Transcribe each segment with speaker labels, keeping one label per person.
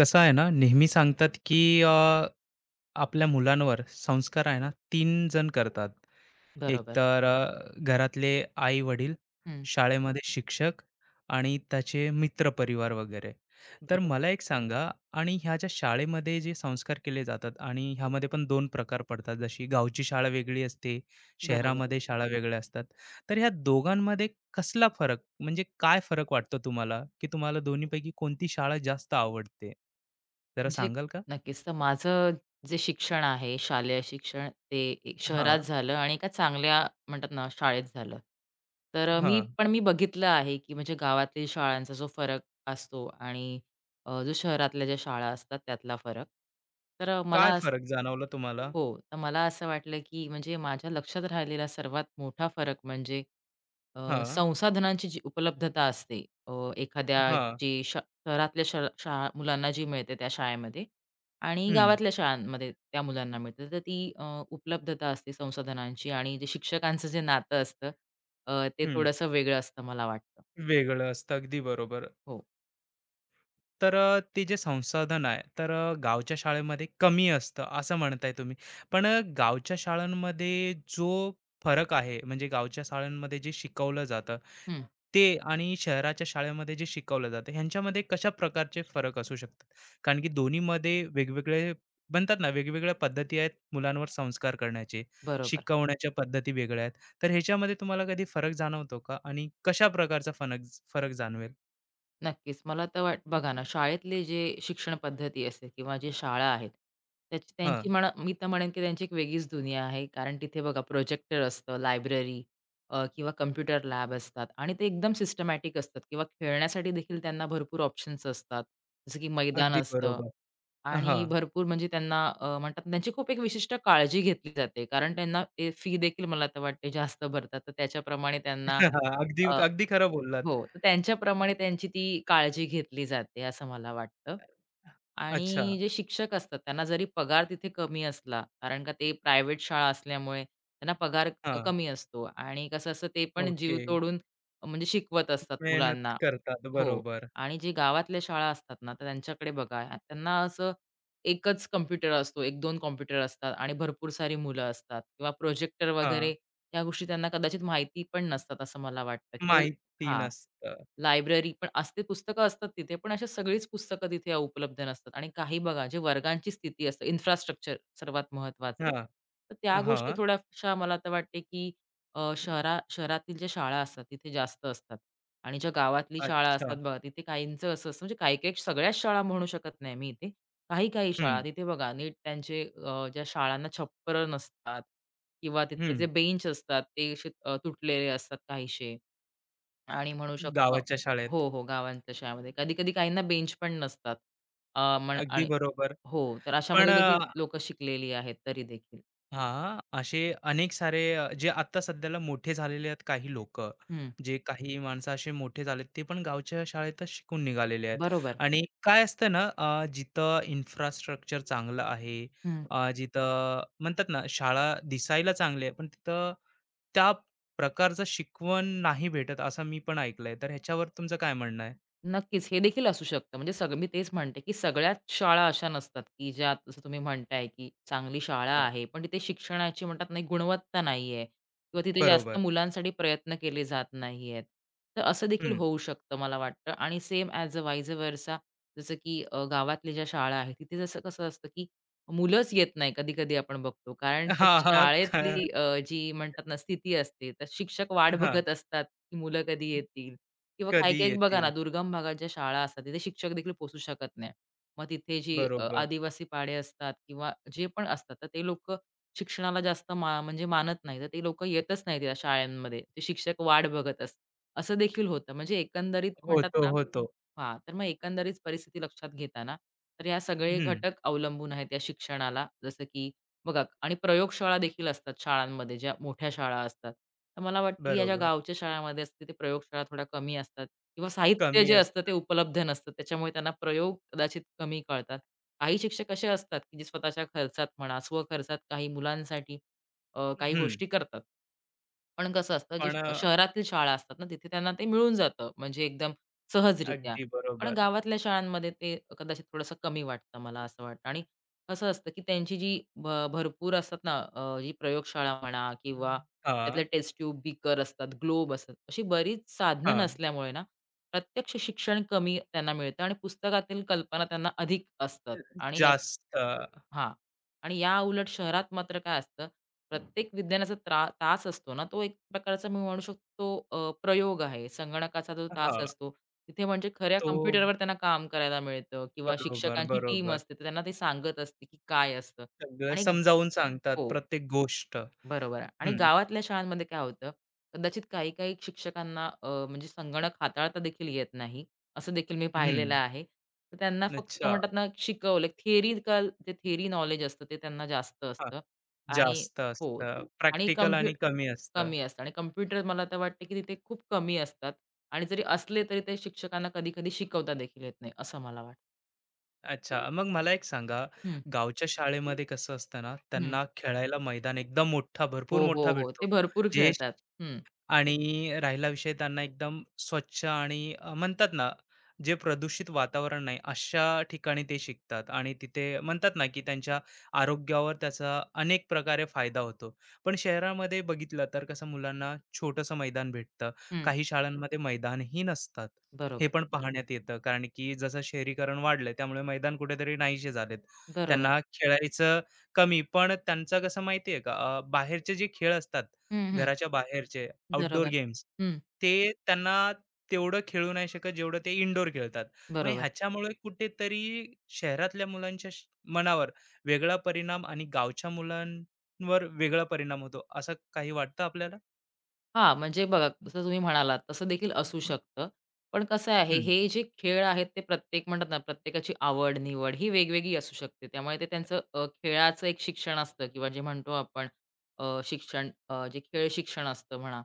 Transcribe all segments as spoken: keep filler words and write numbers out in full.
Speaker 1: कसं आहे ना, नेहमी सांगतात की अ, आपल्या मुलांवर संस्कार आहे ना तीन जण करतात. एक
Speaker 2: बरोबर.
Speaker 1: तर अ, घरातले आई-वडील,
Speaker 2: हं.
Speaker 1: शाळेमध्ये शिक्षक आणि त्याचे मित्र परिवार वगैरे. तर
Speaker 2: बरो
Speaker 1: मला एक सांगा आणि ह्या ज्या शाळेमध्ये जे संस्कार केले जातात आणि ह्यामध्ये पण दोन प्रकार पडतात. जशी गावची शाळा वेगळी असते,
Speaker 2: बरोबर.
Speaker 1: शहरामध्ये शाळा वेगळ्या असतात. तर ह्या दोघांमध्ये कसला फरक म्हणजे काय फरक वाटतो तुम्हाला, की तुम्हाला दोन्हीपैकी कोणती शाळा जास्त आवडते? जरा
Speaker 2: म्हणजे
Speaker 1: सांगाल का?
Speaker 2: नक्कीच. तर माझं जे शिक्षण आहे, शालेय शिक्षण ते एक शहरात
Speaker 1: हां.
Speaker 2: झालं आणि एका चांगल्या म्हणतात ना शाळेत झालं. तर अ, मी
Speaker 1: हां.
Speaker 2: पण मी बघितलं आहे, की म्हणजे गावातील शाळांचा जो फरक असतो आणि अ, जो शहरातल्या ज्या शाळा असतात त्यातला फरक. तर अ, मला
Speaker 1: काय
Speaker 2: असं
Speaker 1: फरक जाणवला तुम्हाला?
Speaker 2: हो. तर मला असं वाटलं, की म्हणजे माझ्या लक्षात राहिलेला सर्वात मोठा फरक म्हणजे अ,
Speaker 1: हां,
Speaker 2: संसाधनांची जी उपलब्धता असते अ, एखाद्या
Speaker 1: हां.
Speaker 2: जी श शहरातल्या श शाळा मुलांना जी मिळते त्या शाळेमध्ये आणि
Speaker 1: हं,
Speaker 2: गावातल्या शाळांमध्ये त्या मुलांना मिळते. तर ती अ, उपलब्धता असते संसाधनांची आणि जे शिक्षकांचं जे नातं असतं, अ, ते
Speaker 1: हं.
Speaker 2: थोडंसं वेगळं असतं मला वाटतं.
Speaker 1: वेगळं असतं. अगदी बरोबर.
Speaker 2: हो.
Speaker 1: तर अ, ते जे संसाधन आहे तर अ, गावच्या शाळेमध्ये कमी असतं असं म्हणताय तुम्ही. पण अ, गावच्या शाळांमध्ये जो फरक आहे म्हणजे गावच्या शाळांमध्ये जे शिकवलं जातं
Speaker 2: हं.
Speaker 1: ते आणि शहराच्या शाळेमध्ये जे शिकवलं जातं ह्यांच्यामध्ये कशा प्रकारचे फरक असू शकतात? कारण की दोन्हीमध्ये वेगवेगळे म्हणतात ना वेगवेगळ्या पद्धती आहेत मुलांवर संस्कार करण्याचे.
Speaker 2: बरोबर.
Speaker 1: शिकवण्याच्या पद्धती वेगळ्या आहेत. तर ह्याच्यामध्ये तुम्हाला कधी फरक जाणवतो का? आणि कशा प्रकारचा फनक फरक जाणवेल?
Speaker 2: नक्कीच. मला तर वाट बघा ना, शाळेतले जे शिक्षण पद्धती असते किंवा जे शाळा आहेत, त्याची त्यांची
Speaker 1: हां.
Speaker 2: म्हणा मी तर म्हणेन की त्यांची एक वेगळीच दुनिया आहे. कारण तिथे बघा प्रोजेक्टर असतं, लायब्ररी, अ, किंवा कॉम्प्युटर लॅब असतात आणि ते एकदम सिस्टमॅटिक असतात किंवा खेळण्यासाठी देखील त्यांना भरपूर ऑप्शन्स असतात. जसं की मैदान
Speaker 1: अगदी
Speaker 2: असतं
Speaker 1: बरोबर. हां.
Speaker 2: आणि भरपूर म्हणजे त्यांना अ, म्हणतात ना, त्यांची खूप एक विशिष्ट काळजी घेतली जाते. कारण त्यांना फी देखील मला तर वाटते जास्त भरतात. तर त्याच्याप्रमाणे त्यांना
Speaker 1: अगदी
Speaker 2: अ,
Speaker 1: अगदी खरं बोललात.
Speaker 2: हो, तर त्यांच्याप्रमाणे त्यांची ती काळजी घेतली जाते असं मला वाटतं.
Speaker 1: अच्छा.
Speaker 2: आणि जे शिक्षक असतात त्यांना जरी पगार तिथे कमी असला, कारण का ते प्रायव्हेट शाळा असल्यामुळे त्यांना पगार
Speaker 1: हां.
Speaker 2: कमी असतो आणि कसं असतं ते पण जीव
Speaker 1: ओके.
Speaker 2: तोडून म्हणजे शिकवत असतात
Speaker 1: मेहनत
Speaker 2: मुलांना.
Speaker 1: करतात.
Speaker 2: हो.
Speaker 1: बरोबर.
Speaker 2: आणि जे गावातल्या शाळा असतात ना, तर त्यांच्याकडे बघा त्यांना असं एकच कॉम्प्युटर असतो, एक-दोन कॉम्प्युटर असतात आणि भरपूर सारी मुलं असतात किंवा प्रोजेक्टर
Speaker 1: हां.
Speaker 2: वगैरे या गोष्टी त्यांना कदाचित माहिती पण नसतात असं मला वाटतं.
Speaker 1: माहिती
Speaker 2: हां.
Speaker 1: नसतं.
Speaker 2: लायब्ररी पण असते, पुस्तकं असतात तिथे, पण अशी सगळीच पुस्तकं तिथे उपलब्ध नसतात आणि काही बघा जे वर्गांची स्थिती असते, इन्फ्रास्ट्रक्चर सर्वात महत्त्वाचं.
Speaker 1: हां.
Speaker 2: तर त्या गोष्टी
Speaker 1: हां.
Speaker 2: थोड्याशा मला तर वाटते, की अ, शहरा शहरातील ज्या शाळा असतात तिथे जास्त असतात आणि ज्या गावातली शाळा असतात
Speaker 1: अच्छा.
Speaker 2: बघा, तिथे काहींचं असं असतं म्हणजे काही-काही सगळ्याच शाळा म्हणू शकत नाही मी इथे. काही-काही शाळा
Speaker 1: हं.
Speaker 2: तिथे बघा नीट त्यांचे, अ, ज्या शाळांना छप्पर नसतात किंवा तिथले जे
Speaker 1: हं.
Speaker 2: बेंच असतात ते असे अ, तुटलेले असतात काहीसे. आणि म्हणू शकतो
Speaker 1: गावाच्या शाळेत.
Speaker 2: हो, हो, गावांच्या शाळेमध्ये. कधी-कधी काहींना बेंच पण नसतात. अ, म्हण
Speaker 1: अगदी
Speaker 2: आणि
Speaker 1: बरोबर.
Speaker 2: हो, तर
Speaker 1: पण
Speaker 2: अशामध्ये देखील लोकं शिकलेली आहेत तरी देखील.
Speaker 1: हां, असे अनेक सारे अ, जे आत्ता सध्याला मोठे झालेले आहेत काही लोकं,
Speaker 2: हं,
Speaker 1: जे काही माणसं असे मोठे झालेत, ते पण गावच्या शाळेतच शिकून निघालेले आहेत.
Speaker 2: बरोबर.
Speaker 1: आणि काय असतं ना, अ, जिथं इन्फ्रास्ट्रक्चर चांगलं आहे,
Speaker 2: हं.
Speaker 1: अ, जिथं म्हणतात ना, शाळा दिसायला चांगली आहे, पण तिथं त्या प्रकारचं शिकवण नाही भेटत, असं मी पण ऐकलंय. तर ह्याच्यावर तुमचं काय म्हणणं आहे?
Speaker 2: नक्कीच, हे देखील असू शकतं. म्हणजे सग मी तेच म्हणते, की सगळ्याच शाळा अशा नसतात, की ज्यात जसं तुम्ही म्हणताय, की चांगली शाळा
Speaker 1: अ,
Speaker 2: आहे, पण तिथे शिक्षणाची म्हणतात नाही गुणवत्ता नाहीये किंवा तिथे जास्त
Speaker 1: बरोबर.
Speaker 2: मुलांसाठी प्रयत्न केले जात नाहीयेत. तर असं देखील
Speaker 1: हं.
Speaker 2: होऊ शकतं मला वाटतं आणि सेम ॲज अ वाईज वर्सा. जसं की अ, गावातल्या ज्या शाळा आहेत, तिथे जसं कसं असतं, की मुलंच येत नाही कधी-कधी आपण बघतो. कारण त्या
Speaker 1: हां, हां. ख
Speaker 2: शाळेतली, अ, जी म्हणतात ना स्थिती असते, तर शिक्षक वाट
Speaker 1: हां,
Speaker 2: बघत असतात, की मुलं कधी येतील किंवा
Speaker 1: कधी
Speaker 2: काही-काही बघा ना,
Speaker 1: येतील.
Speaker 2: दुर्गम भागात ज्या शाळा असतात, तिथे शिक्षक देखील पोहोचू शकत नाही. मग तिथे जी, अ,
Speaker 1: बरोबर.
Speaker 2: आदिवासी पाडे असतात किंवा जे पण असतात, तर ते लोकं शिक्षणाला जास्त मा म्हणजे मानत नाही. तर ते लोकं येतच नाहीत या शाळांमध्ये. ते शिक्षक वाट बघत असतात. असं देखील होतं. म्हणजे एकंदरीत म्हणतात
Speaker 1: होतो,
Speaker 2: ना,
Speaker 1: होतो.
Speaker 2: हां, तर मग एकंदरीत परिस्थिती लक्षात घेताना, तर ह्या सगळे
Speaker 1: हं.
Speaker 2: घटक अवलंबून आहेत या शिक्षणाला. जसं की बघा, आणि प्रयोगशाळा देखील असतात शाळांमध्ये, ज्या मोठ्या शाळा असतात. तर मला वाटतं, की या ज्या
Speaker 1: बरोबर.
Speaker 2: गावच्या शाळांमध्ये असते, ते प्रयोगशाळा थोड्या कमी असतात किंवा साहित्य
Speaker 1: कमी
Speaker 2: जे असतं, ते
Speaker 1: असतात.
Speaker 2: उपलब्ध नसतं. त्याच्यामुळे त्यांना प्रयोग कदाचित कमी कळतात. काही शिक्षक असे असतात, की जे स्वतःच्या खर्चात म्हणा, स्वखर्चात काही मुलांसाठी अ, काही
Speaker 1: हं.
Speaker 2: गोष्टी करतात. पण कसं असतं, जी
Speaker 1: पण अ,
Speaker 2: शहरातील शाळा असतात ना, तिथे त्यांना ते मिळून जातं, म्हणजे एकदम सहजरित्या.
Speaker 1: अगदी
Speaker 2: पण
Speaker 1: बरोबर.
Speaker 2: गावातल्या शाळांमध्ये ते कदाचित थोडंसं कमी वाटतं, मला असं वाटतं. आणि कसं असतं, की त्यांची जी भ भरपूर असतात ना, अ, जी प्रयोगशाळा म्हणा किंवा त्यातले
Speaker 1: हां,
Speaker 2: टेस्ट ट्यूब, बीकर असतात, ग्लोब असतात. अशी बरीच साधनं
Speaker 1: हां.
Speaker 2: नसल्यामुळे ना, प्रत्यक्ष शिक्षण कमी त्यांना मिळतं आणि पुस्तकातील कल्पना त्यांना अधिक असतात आणि
Speaker 1: जास्त
Speaker 2: हां. आणि या उलट शहरात मात्र काय असतं, प्रत्येक विज्ञानाचा त्रा तास असतो ना, तो एक प्रकारचा मी म्हणू शकतो, अ, प्रयोग आहे. संगणकाचा जो तास
Speaker 1: हां.
Speaker 2: असतो, तिथे म्हणजे खऱ्या
Speaker 1: तो
Speaker 2: कॉम्प्युटरवर त्यांना काम करायला मिळतं किंवा
Speaker 1: बरोबर,
Speaker 2: शिक्षकांची टीम
Speaker 1: बरोबर.
Speaker 2: असते, तर त्यांना ते सांगत असते, की काय असतं
Speaker 1: सगळं
Speaker 2: आणि
Speaker 1: समजावून सांगतात
Speaker 2: हो.
Speaker 1: प्रत्येक गोष्ट.
Speaker 2: बरोबर आहे. आणि
Speaker 1: हं,
Speaker 2: गावातल्या शाळांमध्ये काय होतं, कदाचित काही-काही शिक्षकांना, अ, म्हणजे संगणक हाताळता देखील येत नाही, असं देखील मी
Speaker 1: हं.
Speaker 2: पाहिलेलं आहे. तर त्यांना फक्त
Speaker 1: अच्छा.
Speaker 2: म्हणतात ना, शिकवलं थिअरिकल, जे थिअरी नॉलेज असतं ते त्यांना जास्त
Speaker 1: हां.
Speaker 2: असतं आणि
Speaker 1: जास्त
Speaker 2: हो.
Speaker 1: असतं.
Speaker 2: आणि
Speaker 1: प्रॅक्टिकल
Speaker 2: कॉम्प्यु
Speaker 1: आणि कमी असतं.
Speaker 2: कमी असतं आणि कॉम्प्युटर मला तर वाटतं, की तिथे खूप कमी असतात आणि जरी असले तरी ते शिक्षकांना कधी-कधी शिकवता देखील येत नाही, असं मला वाटतं.
Speaker 1: अच्छा. मग मला एक सांगा,
Speaker 2: हं,
Speaker 1: गावच्या शाळेमध्ये कसं असतं ना,
Speaker 2: हं.
Speaker 1: त्यांना खेळायला मैदान एकदम मोठा, भरपूर
Speaker 2: हो, हो,
Speaker 1: मोठा
Speaker 2: हो.
Speaker 1: भेटतो.
Speaker 2: ते भरपूर
Speaker 1: जे
Speaker 2: खेळतात. हं,
Speaker 1: आणि राहिला विषय त्यांना एकदम स्वच्छ आणि अ, म्हणतात ना जे प्रदूषित वातावरण नाही अशा ठिकाणी ते शिकतात आणि तिथे म्हणतात ना की त्यांच्या आरोग्यावर त्याचा अनेक प्रकारे फायदा होतो पण शहरामध्ये बघितलं तर कसं मुलांना छोटंसं मैदान भेटतं
Speaker 2: हं.
Speaker 1: काही शाळांमध्ये मैदानही नसतात हे
Speaker 2: बरोबर,
Speaker 1: पण पाहण्यात येतं कारण की जसं शहरीकरण वाढलंय त्यामुळे मैदान कुठेतरी नाहीसे झालेत
Speaker 2: बरोबर.
Speaker 1: त्यांना खेळायचं कमी पण त्यांचं कसं माहितीये का अ, बाहेरचे जे खेळ असतात
Speaker 2: हं, हं.
Speaker 1: घराच्या बाहेरचे आउटडोअर
Speaker 2: बरोबर.
Speaker 1: गेम्स.
Speaker 2: हं,
Speaker 1: ते त्यांना तेवढं खेळू नाही शकत जेवढं ते इनडोअर खेळतात. मग
Speaker 2: बरोबर.
Speaker 1: ह्याच्यामुळे कुठेतरी शहरातल्या मुलांच्या श मनावर वेगळा परिणाम आणि गावच्या मुलांवर वेगळा परिणाम होतो. असं काही वाटतं आपल्याला?
Speaker 2: हां, म्हणजे बघा जसं तुम्ही म्हणालात तसं देखील असू शकतं. पण कसं आहे,
Speaker 1: हं.
Speaker 2: हे जे खेळ आहेत ते प्रत्येक म्हणतात ना प्रत्येकाची आवड, निवड ही वेगवेगळी असू शकते. त्यामुळे ते त्यांचं, अ, खेळाचं एक शिक्षण असतं किंवा जे म्हणतो आपण, अ, शिक्षण अ, जे खेळ शिक्षण असतं म्हणा,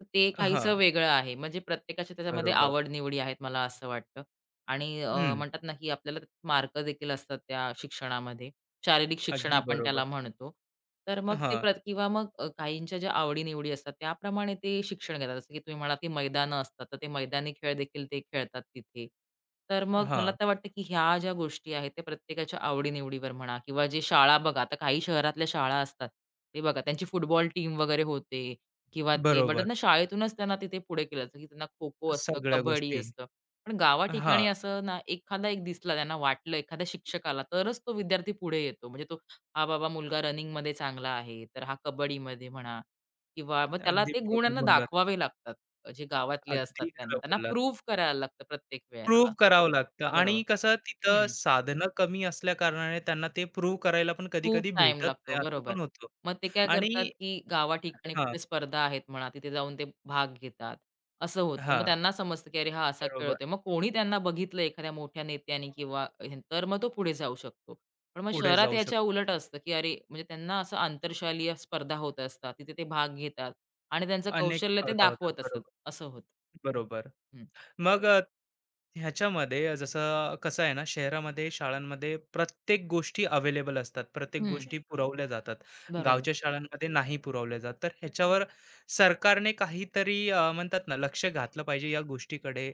Speaker 2: तर ते काहीसं
Speaker 1: हां.
Speaker 2: वेगळं आहे. म्हणजे प्रत्येकाच्या त्याच्यामध्ये
Speaker 1: बरोबर.
Speaker 2: आवड-निवडी आहेत मला असं वाटतं. आणि अ,
Speaker 1: हं.
Speaker 2: म्हणतात ना की आपल्याला मार्क देखील असतात त्या शिक्षणामध्ये. शारीरिक शिक्षण
Speaker 1: अगदी
Speaker 2: आपण
Speaker 1: बरोबर.
Speaker 2: त्याला म्हणतो. तर मग ते
Speaker 1: हां,
Speaker 2: प्रत किंवा मग अ, काहींच्या ज्या आवडी-निवडी असतात त्याप्रमाणे ते शिक्षण घेतात. जसं की तुम्ही म्हणालात की मैदानं असतात, तर ते मैदानी खेळ देखील ते खेळतात तिथे. तर मग मला
Speaker 1: हां.
Speaker 2: तर वाटतं की ह्या ज्या गोष्टी आहेत त्या प्रत्येकाच्या आवडी म्हणा, किंवा जे शाळा बघा, आता काही शहरातल्या शाळा असतात, ते बघा त्यांची फुटबॉल टीम वगैरे होते किंवा ते म्हणतात ना
Speaker 1: बरोबर.
Speaker 2: शाळेतूनच त्यांना तिथे पुढे केलं जातं, की त्यांना खो-खो असतं,
Speaker 1: सगळ्या
Speaker 2: कबड्डी
Speaker 1: गोष्टी.
Speaker 2: असतं. पण गावा
Speaker 1: हां.
Speaker 2: ठिकाणी असं ना, एखादा एक दिसला त्यांना वाटलं, एखाद्या शिक्षकाला तरच तो विद्यार्थी पुढे येतो. म्हणजे तो, हा बाबा मुलगा रनिंगमध्ये चांगला आहे, तर हा कबड्डीमध्ये म्हणा किंवा मग त्याला
Speaker 1: अगदी
Speaker 2: ते गुण
Speaker 1: बरोबर
Speaker 2: यांना
Speaker 1: बोललात.
Speaker 2: दाखवावे लागतात. जे गावातले असतात
Speaker 1: अगदी
Speaker 2: त्यांना,
Speaker 1: खरं
Speaker 2: त्यांना
Speaker 1: बोललात.
Speaker 2: प्रूव्ह करायला लागतं प्रत्येक वेळेला.
Speaker 1: प्रूव्ह करावं लागतं
Speaker 2: बरोबर.
Speaker 1: आणि कसं तिथं
Speaker 2: हं.
Speaker 1: साधनं कमी असल्या कारणाने त्यांना ते प्रूव्ह करायला पण
Speaker 2: खूप
Speaker 1: कधी-कधी
Speaker 2: टाईम
Speaker 1: भेटत
Speaker 2: लागतो,
Speaker 1: नाही, असं
Speaker 2: बरोबर.
Speaker 1: पण होतं
Speaker 2: मग ते काय करतात,
Speaker 1: आणि
Speaker 2: की गावा ठिकाणी
Speaker 1: हां,
Speaker 2: कुठे स्पर्धा आहेत म्हणा, तिथे जाऊन ते भाग घेतात, असं होतं. मग
Speaker 1: हां,
Speaker 2: त्यांना समजतं, की अरे हा असा खेळ
Speaker 1: बरोबर.
Speaker 2: होतोय. मग कोणी त्यांना बघितलं एखाद्या मोठ्या नेत्याने किंवा हे- तर मग तो पुढे जाऊ शकतो. पण मग
Speaker 1: पुढे
Speaker 2: शहरात
Speaker 1: जाऊ शकतो.
Speaker 2: याच्या उलट असतं, की अरे म्हणजे त्यांना असं आंतरशालीय स्पर्धा होत असतात. तिथे ते भाग घेतात आणि त्यांचं
Speaker 1: अनेक
Speaker 2: कौशल्य ते
Speaker 1: स्पर्धा होतात.
Speaker 2: दाखवत असतात,
Speaker 1: बरोबर,
Speaker 2: असं होतं.
Speaker 1: बरोबर.
Speaker 2: हं,
Speaker 1: मग अ, ह्याच्यामध्ये जसं कसं आहे ना शहरामध्ये शाळांमध्ये प्रत्येक गोष्टी अवेलेबल असतात प्रत्येक
Speaker 2: हं,
Speaker 1: गोष्टी पुरवल्या जातात
Speaker 2: बरोबर.
Speaker 1: गावच्या शाळांमध्ये नाही पुरवल्या जात तर ह्याच्यावर सरकारने काहीतरी अ, म्हणतात ना लक्ष घातलं पाहिजे या गोष्टीकडे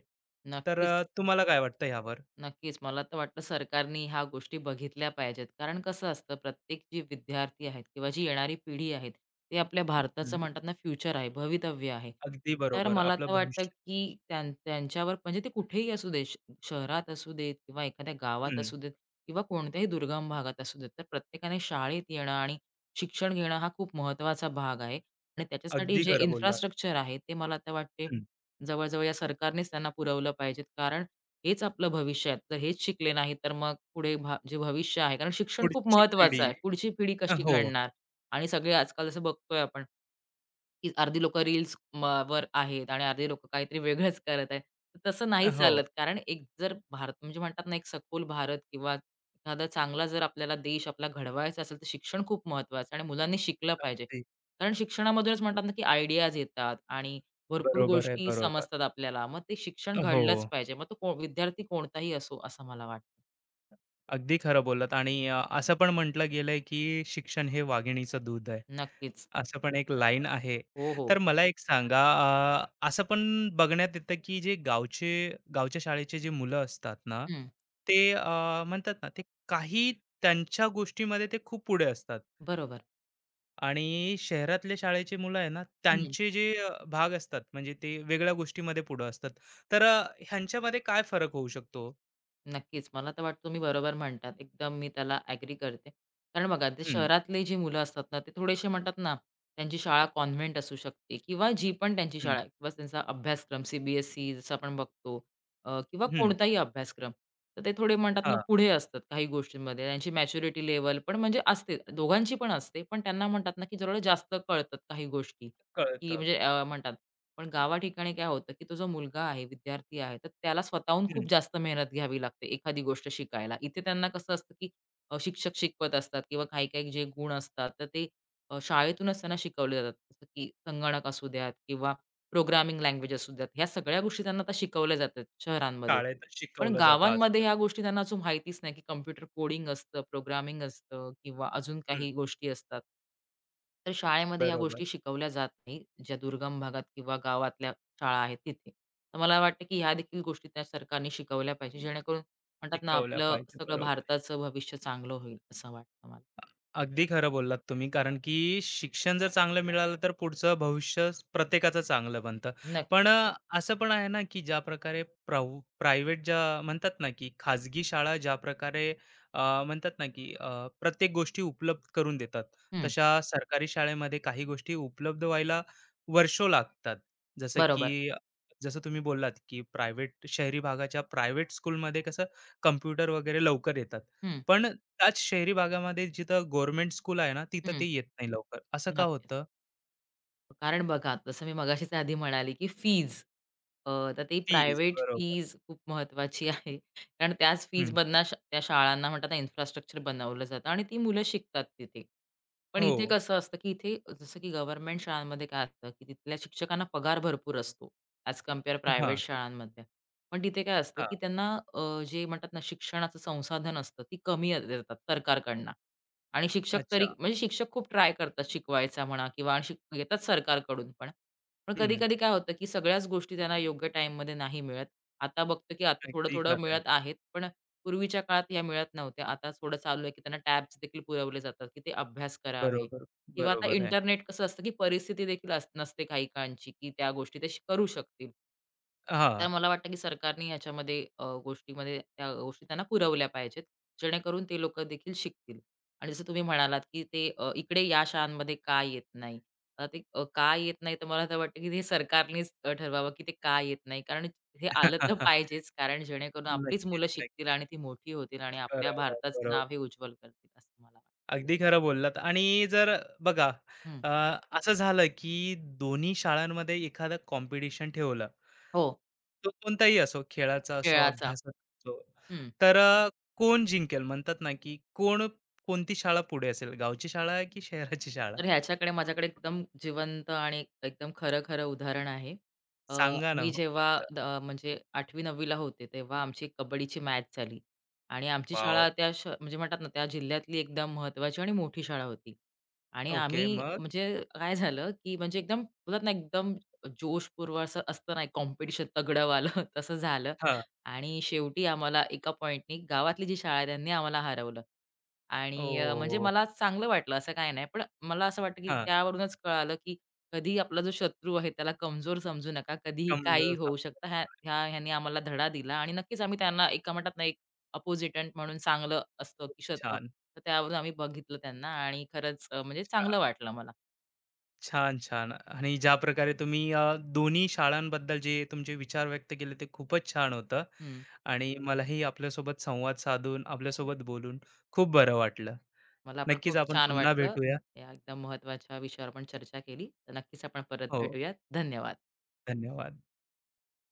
Speaker 1: तर
Speaker 2: नक्कीच.
Speaker 1: अ, तुम्हाला काय वाटतं यावर
Speaker 2: नक्कीच. मला तर वाटतं सरकारनी ह्या गोष्टी बघितल्या पाहिजेत. कारण कसं असतं प्रत्येक जी विद्यार्थी आहेत किंवा जी येणारी पिढी आहेत, ते आपल्या भारताचं
Speaker 1: हम्म.
Speaker 2: म्हणतात ना फ्युचर आहे, भवितव्य आहे.
Speaker 1: अगदी
Speaker 2: तर
Speaker 1: बरोबर
Speaker 2: मला
Speaker 1: आपलं
Speaker 2: तर वाटतं
Speaker 1: भविष्य
Speaker 2: की त्यां त्यांच्यावर म्हणजे, ते कुठेही असू दे, श शहरात असू देत किंवा एखाद्या गावात
Speaker 1: हम्म,
Speaker 2: असू देत किंवा कोणत्याही दुर्गम भागात असू देत. तर प्रत्येकाने शाळेत येणं आणि शिक्षण घेणं हा खूप महत्त्वाचा भाग आहे आणि त्याच्यासाठी
Speaker 1: अगदी
Speaker 2: जे
Speaker 1: खरं बोलला
Speaker 2: इन्फ्रास्ट्रक्चर आहे ते मला तर वाटते जवळ या सरकारनेच त्यांना पुरवलं पाहिजेत. कारण हेच आपलं भविष्य आहे. तर हेच शिकले नाही तर मग पुढे भा जे भविष्य आहे, कारण शिक्षण खूप
Speaker 1: पुढची
Speaker 2: महत्त्वाचं
Speaker 1: पिढी
Speaker 2: आहे. पुढची पिढी कशी
Speaker 1: हो
Speaker 2: घडणार आणि सगळे आजकाल जसं बघतोय आपण, की अर्धी लोकं रील्स वर आहेत आणि अर्धी लोकं काहीतरी वेगळंच करत आहेत. तर तसं नाही
Speaker 1: हो
Speaker 2: चालत. कारण एक जर भारत म्हणजे म्हणतात ना, एक सखोल भारत किंवा एखादा चांगला जर आपल्याला देश आपला घडवायचा असेल, तर शिक्षण खूप महत्त्वाचं आहे आणि मुलांनी शिकलं पाहिजे.
Speaker 1: अगदी
Speaker 2: कारण शिक्षणामधूनच म्हणतात ना, की आयडियाज येतात आणि भरपूर
Speaker 1: बरोबर आहे
Speaker 2: गोष्टी
Speaker 1: बरोबर
Speaker 2: समजतात आपल्याला. मग ते शिक्षण
Speaker 1: हो
Speaker 2: घडलंच पाहिजे. मग तो को विद्यार्थी कोणताही असो, असं मला वाटतं.
Speaker 1: अगदी खरं बोललात आणि अ, असं पण म्हटलं गेलंय, की शिक्षण हे वाघिणीचं दूध आहे.
Speaker 2: नक्कीच.
Speaker 1: असं पण एक लाईन आहे.
Speaker 2: हो, हो.
Speaker 1: तर मला एक सांगा अ, असं पण बघण्यात येतं, की जे गावचे गावच्या शाळेचे जे मुलं असतात ना,
Speaker 2: हं.
Speaker 1: ते अ, म्हणतात ना, ते काही त्यांच्या गोष्टीमध्ये ते खूप पुढे असतात
Speaker 2: बरोबर.
Speaker 1: आणि शहरातले शाळेचे मुलं आहे ना, त्यांचे जे अ, भाग असतात म्हणजे ते वेगळ्या गोष्टीमध्ये पुढे असतात. तर अ, ह्यांच्यामध्ये काय फरक होऊ शकतो?
Speaker 2: नक्कीच. मला तर वाटतं तुम्ही बरोबर म्हणतात. एकदम मी त्याला ॲग्री करते. कारण बघा ते
Speaker 1: हं,
Speaker 2: शहरातली जी मुलं असतात ना, ते थोडेसे म्हणतात ना, त्यांची शाळा कॉन्व्हेंट असू शकते किंवा जी पण त्यांची
Speaker 1: हं,
Speaker 2: शाळा किंवा त्यांचा अभ्यासक्रम सी-बी-एस-ई जसं आपण बघतो, अ, किंवा
Speaker 1: हं.
Speaker 2: कोणताही अभ्यासक्रम. तर ते थोडे म्हणतात ना,
Speaker 1: हां,
Speaker 2: पुढे असतात काही गोष्टींमध्ये. त्यांची मॅच्युरिटी लेव्हल पण म्हणजे असते. दोघांची पण असते. पण त्यांना म्हणतात ना, की जरा जास्त कळतात काही गोष्टी, की
Speaker 1: कळतं.
Speaker 2: म्हणजे अ, म्हणतात पण गावा ठिकाणी काय होतं, की तो जो मुलगा आहे, विद्यार्थी आहे, तर त्याला स्वतःहून खूप जास्त मेहनत घ्यावी लागते एखादी गोष्ट शिकायला. इथे त्यांना कसं असतं, की अ, शिक्षक शिकवत असतात किंवा काही-काही जे गुण असतात, तर ते, अ, शाळेतूनच त्यांना शिकवले जातात. जसं की संगणक असू द्यात किंवा प्रोग्रामिंग लँग्वेज असू द्यात, ह्या सगळ्या गोष्टी त्यांना आता शिकवल्या जातात शहरांमध्ये.
Speaker 1: शाळेत
Speaker 2: पण
Speaker 1: शिकवलं जातं
Speaker 2: गावांमध्ये
Speaker 1: आजकाल.
Speaker 2: ह्या गोष्टी त्यांना अजून माहितीच नाही, की कॉम्प्युटर कोडिंग असतं, प्रोग्रामिंग असतं किंवा अजून
Speaker 1: हं,
Speaker 2: काही गोष्टी असतात. तर शाळेमध्ये ह्या
Speaker 1: बरोबर.
Speaker 2: गोष्टी शिकवल्या जात नाही, ज्या दुर्गम भागात किंवा गावातल्या शाळा आहेत तिथे. तर मला वाटतं, की ह्या देखील गोष्टी त्या सरकारने शिकवल्या पाहिजे, जेणेकरून म्हणतात ना,
Speaker 1: शिकवल्या
Speaker 2: आपलं
Speaker 1: पाहिजे.
Speaker 2: सगळं
Speaker 1: बरोबर.
Speaker 2: भारताचं भविष्य चांगलं होईल, असं वाटतं मला.
Speaker 1: अगदी खरं बोललात तुम्ही. कारण की शिक्षण जर चांगलं मिळालं, तर पुढचं भविष्य स- प्रत्येकाचं चांगलं बनतं.
Speaker 2: नक्कीच.
Speaker 1: पण अ, असं पण आहे ना, की ज्याप्रकारे प्राव प्रायव्हेट ज्या म्हणतात ना, की खाजगी शाळा ज्याप्रकारे अ, म्हणतात ना, की अ, प्रत्येक गोष्टी उपलब्ध करून देतात,
Speaker 2: हं,
Speaker 1: तशा सरकारी शाळेमध्ये काही गोष्टी उपलब्ध व्हायला वर्षो लागतात. जसं
Speaker 2: बरोबर.
Speaker 1: की जसं तुम्ही बोललात, की प्रायव्हेट शहरी भागाच्या प्रायव्हेट स्कूलमध्ये कसं कॉम्प्युटर वगैरे लवकर येतात.
Speaker 2: हं,
Speaker 1: पण त्याच शहरी भागामध्ये जिथं गव्हर्नमेंट स्कूल आहे ना, तिथं
Speaker 2: हं.
Speaker 1: ते येत नाही लवकर. असं का
Speaker 2: नक्कीच.
Speaker 1: होतं?
Speaker 2: कारण बघा, जसं मी मगाशीच आधी म्हणाले, की फीज, अ, तर ती
Speaker 1: फीज
Speaker 2: प्रायव्हेट
Speaker 1: बरोबर.
Speaker 2: फीज खूप महत्त्वाची आहे. कारण त्याच
Speaker 1: हं.
Speaker 2: फीजमधनं श त्या शाळांना म्हणतात ना, इन्फ्रास्ट्रक्चर बनवलं जातं आणि ती मुलं शिकतात तिथे. पण
Speaker 1: हो.
Speaker 2: इथे कसं असतं, की इथे जसं की गव्हर्नमेंट शाळांमध्ये काय असतं, की तिथल्या शिक्षकांना पगार भरपूर असतो ॲज कंपेअर प्रायव्हेट
Speaker 1: हां,
Speaker 2: शाळांमध्ये. पण तिथे काय असतं,
Speaker 1: हां.
Speaker 2: की त्यांना, अ, जे म्हणतात ना, शिक्षणाचं संसाधन असतं, ती कमी देतात सरकारकडनं. आणि शिक्षक तरी
Speaker 1: अच्छा.
Speaker 2: म्हणजे शिक्षक खूप ट्राय करतात शिकवायचा म्हणा किंवा शिक घेतात सरकारकडून पण. पण
Speaker 1: हं.
Speaker 2: कधी-कधी काय होतं, की सगळ्याच गोष्टी त्यांना योग्य टाईममध्ये नाही मिळत. आता बघतो, की आता
Speaker 1: अगदी
Speaker 2: थोडं-थोडं
Speaker 1: खरं आहे.
Speaker 2: मिळत आहेत, पण पूर्वीच्या काळात ह्या मिळत नव्हत्या. आता थोडं चालू आहे, की त्यांना टॅब्स देखील पुरवले जातात, की ते अभ्यास करावे
Speaker 1: बरोबर,
Speaker 2: किंवा आता
Speaker 1: बरोबर आहे.
Speaker 2: इंटरनेट कसं असतं, की परिस्थिती देखील अस नसते काही काळांची, की त्या गोष्टी ते शिक- करू शकतील.
Speaker 1: हां.
Speaker 2: तर मला वाटतं, की सरकारने ह्याच्यामध्ये, अ, गोष्टीमध्ये त्या गोष्टी त्यांना पुरवल्या पाहिजेत, जेणेकरून ते लोकं देखील शिकतील. आणि जसं तुम्ही म्हणालात, की ते, अ, इकडे या शाळांमध्ये का येत नाही? अ, ते अ, का येत नाही, तर मला तर वाटतं, की हे सरकारनेच, अ, ठरवावं, की ते का येत नाही. कारण हे आलं तर पाहिजेच. कारण जेणेकरून आपलीच
Speaker 1: नक्कीच,
Speaker 2: मुलं शिकतील
Speaker 1: नक्कीच.
Speaker 2: आणि ती मोठी होतील आणि आपल्या
Speaker 1: बरोबर,
Speaker 2: भारताचं
Speaker 1: बरोबर.
Speaker 2: नाव हे उज्ज्वल करतील असं मला वाटतं.
Speaker 1: अगदी खरं बोललात आणि जर बघा
Speaker 2: हं.
Speaker 1: अ, असं झालं की दोन्ही शाळांमध्ये एखादं कॉम्पिटिशन ठेवलं
Speaker 2: हो,
Speaker 1: तो कोणताही असो, खेळाचा असो,
Speaker 2: खेळाचा.
Speaker 1: अभ्यासाचा असो.
Speaker 2: हं.
Speaker 1: तर अ, कोण जिंकेल? म्हणतात ना, की कोण कोणती शाळा पुढे असेल? गावची शाळा आहे की शहराची शाळा?
Speaker 2: तर ह्याच्याकडे माझ्याकडे एकदम जिवंत आणि एकदम खरं-खरं उदाहरण आहे. अ,
Speaker 1: सांगा ना
Speaker 2: मी
Speaker 1: मग
Speaker 2: जेव्हा
Speaker 1: कोणतं?
Speaker 2: द म्हणजे आठवी नववी होते, तेव्हा आमची एक कबड्डीची मॅच झाली आणि आमची शाळा
Speaker 1: वॉव!
Speaker 2: त्या श म्हणजे म्हणतात ना, त्या जिल्ह्यातली एकदम महत्त्वाची आणि मोठी शाळा होती. आणि
Speaker 1: ओके.
Speaker 2: आम्ही
Speaker 1: मग?
Speaker 2: म्हणजे काय झालं, की म्हणजे एकदम बोलतात ना, एकदम जोशपूर्व असं असतं ना, कॉम्पिटिशन तगडंवालं तसं झालं
Speaker 1: हां.
Speaker 2: आणि शेवटी आम्हाला एका पॉइंटनी गावातली जी शाळा आहे त्यांनी आम्हाला हरवलं. आणि अ, म्हणजे
Speaker 1: ओह!
Speaker 2: मला चांगलं वाटलं असं काही नाही. पण मला असं वाटतं की
Speaker 1: हां.
Speaker 2: त्यावरूनच कळालं की कधीही आपला जो शत्रू आहे त्याला कमजोर समजू नका. कधीही काहीही
Speaker 1: समजू
Speaker 2: होऊ
Speaker 1: साप.
Speaker 2: शकतं. ह्या ह्या ह्यानी आम्हाला धडा दिला आणि नक्कीच आम्ही त्यांना एका म्हणतात ना, एक अपोजिटंट म्हणून चांगलं असतं की शत अप.
Speaker 1: छान.
Speaker 2: तर त्यावरून आम्ही बघितलं त्यांना आणि खरंच, अ, म्हणजे चांगलं
Speaker 1: छान.
Speaker 2: वाटलं मला.
Speaker 1: छान, छान. आणि ज्या प्रकारे तुम्ही अ, दोन्ही शाळांबद्दल जे तुमचे विचार व्यक्त केले ते खूपच छान होतं
Speaker 2: हं.
Speaker 1: आणि मलाही आपल्यासोबत संवाद साधून, आपल्यासोबत बोलून खूप बरं वाटलं.
Speaker 2: मला पण
Speaker 1: नक्कीच
Speaker 2: खूप
Speaker 1: आपण
Speaker 2: छान
Speaker 1: पुन्हा
Speaker 2: वाटलं.
Speaker 1: भेटूया.
Speaker 2: या एकदम महत्त्वाच्या विषयावर आपण चर्चा केली. तर नक्कीच आपण परत
Speaker 1: हो.
Speaker 2: भेटूयात. धन्यवाद.
Speaker 1: धन्यवाद.